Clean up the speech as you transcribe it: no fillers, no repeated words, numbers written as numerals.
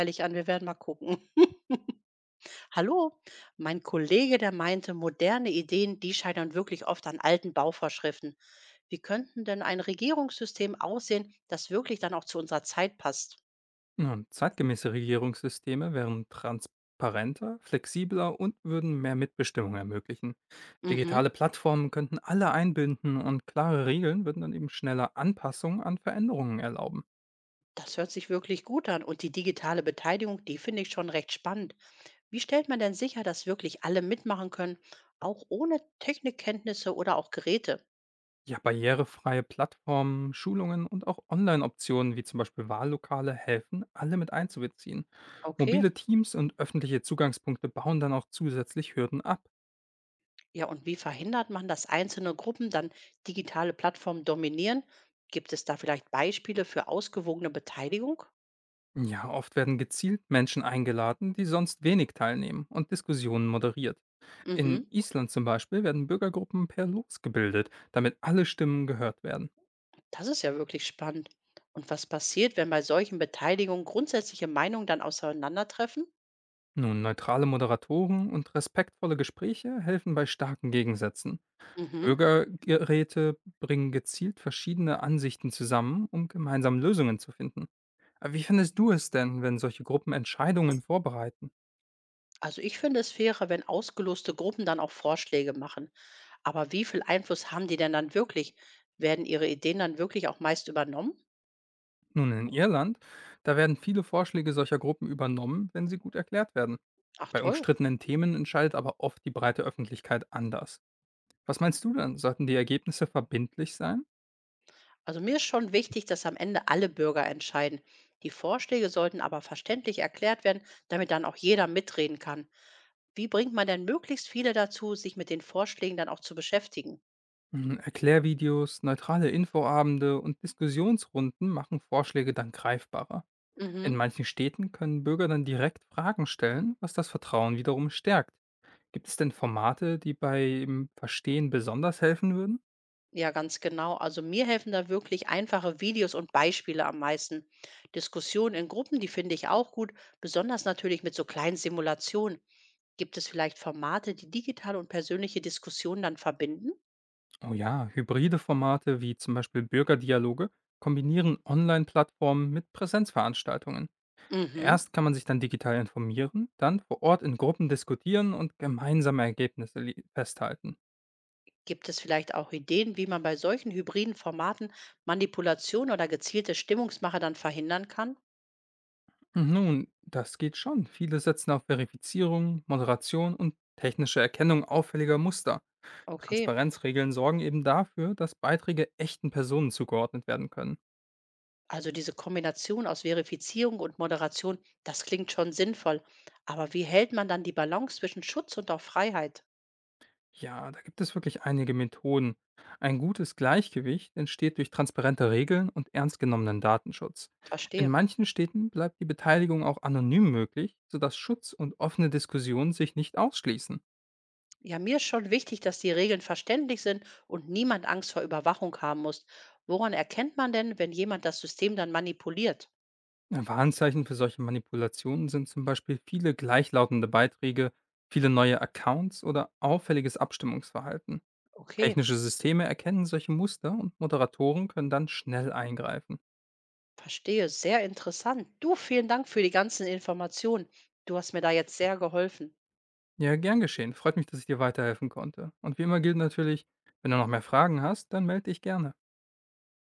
Ehrlich an, wir werden mal gucken. Hallo, mein Kollege, der meinte, moderne Ideen, die scheitern wirklich oft an alten Bauvorschriften. Wie könnten denn ein Regierungssystem aussehen, das wirklich dann auch zu unserer Zeit passt? Nun, zeitgemäße Regierungssysteme wären transparenter, flexibler und würden mehr Mitbestimmung ermöglichen. Mhm. Digitale Plattformen könnten alle einbinden und klare Regeln würden dann eben schneller Anpassungen an Veränderungen erlauben. Das hört sich wirklich gut an. Und die digitale Beteiligung, die finde ich schon recht spannend. Wie stellt man denn sicher, dass wirklich alle mitmachen können, auch ohne Technikkenntnisse oder auch Geräte? Ja, barrierefreie Plattformen, Schulungen und auch Online-Optionen wie zum Beispiel Wahllokale helfen, alle mit einzubeziehen. Okay. Mobile Teams und öffentliche Zugangspunkte bauen dann auch zusätzlich Hürden ab. Ja, und wie verhindert man, dass einzelne Gruppen dann digitale Plattformen dominieren? Gibt es da vielleicht Beispiele für ausgewogene Beteiligung? Ja, oft werden gezielt Menschen eingeladen, die sonst wenig teilnehmen und Diskussionen moderiert. In Mhm, Island zum Beispiel werden Bürgergruppen per Los gebildet, damit alle Stimmen gehört werden. das ist ja wirklich spannend. Und was passiert, wenn bei solchen Beteiligungen grundsätzliche Meinungen dann auseinandertreffen? Nun, neutrale Moderatoren und respektvolle Gespräche helfen bei starken Gegensätzen. Mhm. Bürgerräte bringen gezielt verschiedene Ansichten zusammen, um gemeinsam Lösungen zu finden. Aber wie findest du es denn, wenn solche Gruppen Entscheidungen vorbereiten? Also ich finde es fairer, wenn ausgeloste Gruppen dann auch Vorschläge machen. Aber wie viel Einfluss haben die denn dann wirklich? Werden ihre Ideen dann wirklich auch meist übernommen? Nun, in Irland, da werden viele Vorschläge solcher Gruppen übernommen, wenn sie gut erklärt werden. Ach Bei toll. umstrittenen Themen entscheidet aber oft die breite Öffentlichkeit anders. Was meinst du dann? Sollten die Ergebnisse verbindlich sein? Also mir ist schon wichtig, dass am Ende alle Bürger entscheiden. Die Vorschläge sollten aber verständlich erklärt werden, damit dann auch jeder mitreden kann. Wie bringt man denn möglichst viele dazu, sich mit den Vorschlägen dann auch zu beschäftigen? Mhm, Erklärvideos, neutrale Infoabende und Diskussionsrunden machen Vorschläge dann greifbarer. In Mhm. manchen Städten können Bürger dann direkt Fragen stellen, was das Vertrauen wiederum stärkt. Gibt es denn Formate, die beim Verstehen besonders helfen würden? Ja, ganz genau. Also mir helfen da wirklich einfache Videos und Beispiele am meisten. Diskussionen in Gruppen, die finde ich auch gut, besonders natürlich mit so kleinen Simulationen. Gibt es vielleicht Formate, die digitale und persönliche Diskussionen dann verbinden? Oh ja, hybride Formate wie zum Beispiel Bürgerdialoge kombinieren Online-Plattformen mit Präsenzveranstaltungen. Mhm. Erst kann man sich dann digital informieren, dann vor Ort in Gruppen diskutieren und gemeinsame Ergebnisse festhalten. Gibt es vielleicht auch Ideen, wie man bei solchen hybriden Formaten Manipulation oder gezielte Stimmungsmache dann verhindern kann? Nun, das geht schon. Viele setzen auf Verifizierung, Moderation und technische Erkennung auffälliger Muster. Okay, Transparenzregeln sorgen eben dafür, dass Beiträge echten Personen zugeordnet werden können. also diese Kombination aus Verifizierung und Moderation, das klingt schon sinnvoll. Aber wie hält man dann die Balance zwischen Schutz und auch Freiheit? Ja, da gibt es wirklich einige Methoden. Ein gutes Gleichgewicht entsteht durch transparente Regeln und ernst genommenen Datenschutz. In Verstehe. manchen Städten bleibt die Beteiligung auch anonym möglich, sodass Schutz und offene Diskussionen sich nicht ausschließen. Ja, mir ist schon wichtig, dass die Regeln verständlich sind und niemand Angst vor Überwachung haben muss. Woran erkennt man denn, wenn jemand das System dann manipuliert? Ein Warnzeichen für solche Manipulationen sind zum Beispiel viele gleichlautende Beiträge, viele neue Accounts oder auffälliges Abstimmungsverhalten. Okay. Technische Systeme erkennen solche Muster und Moderatoren können dann schnell eingreifen. Verstehe, sehr interessant. Du, vielen Dank für die ganzen Informationen. Du hast mir da jetzt sehr geholfen. Ja, gern geschehen. Freut mich, dass ich dir weiterhelfen konnte. Und wie immer gilt natürlich, wenn du noch mehr Fragen hast, dann melde dich gerne.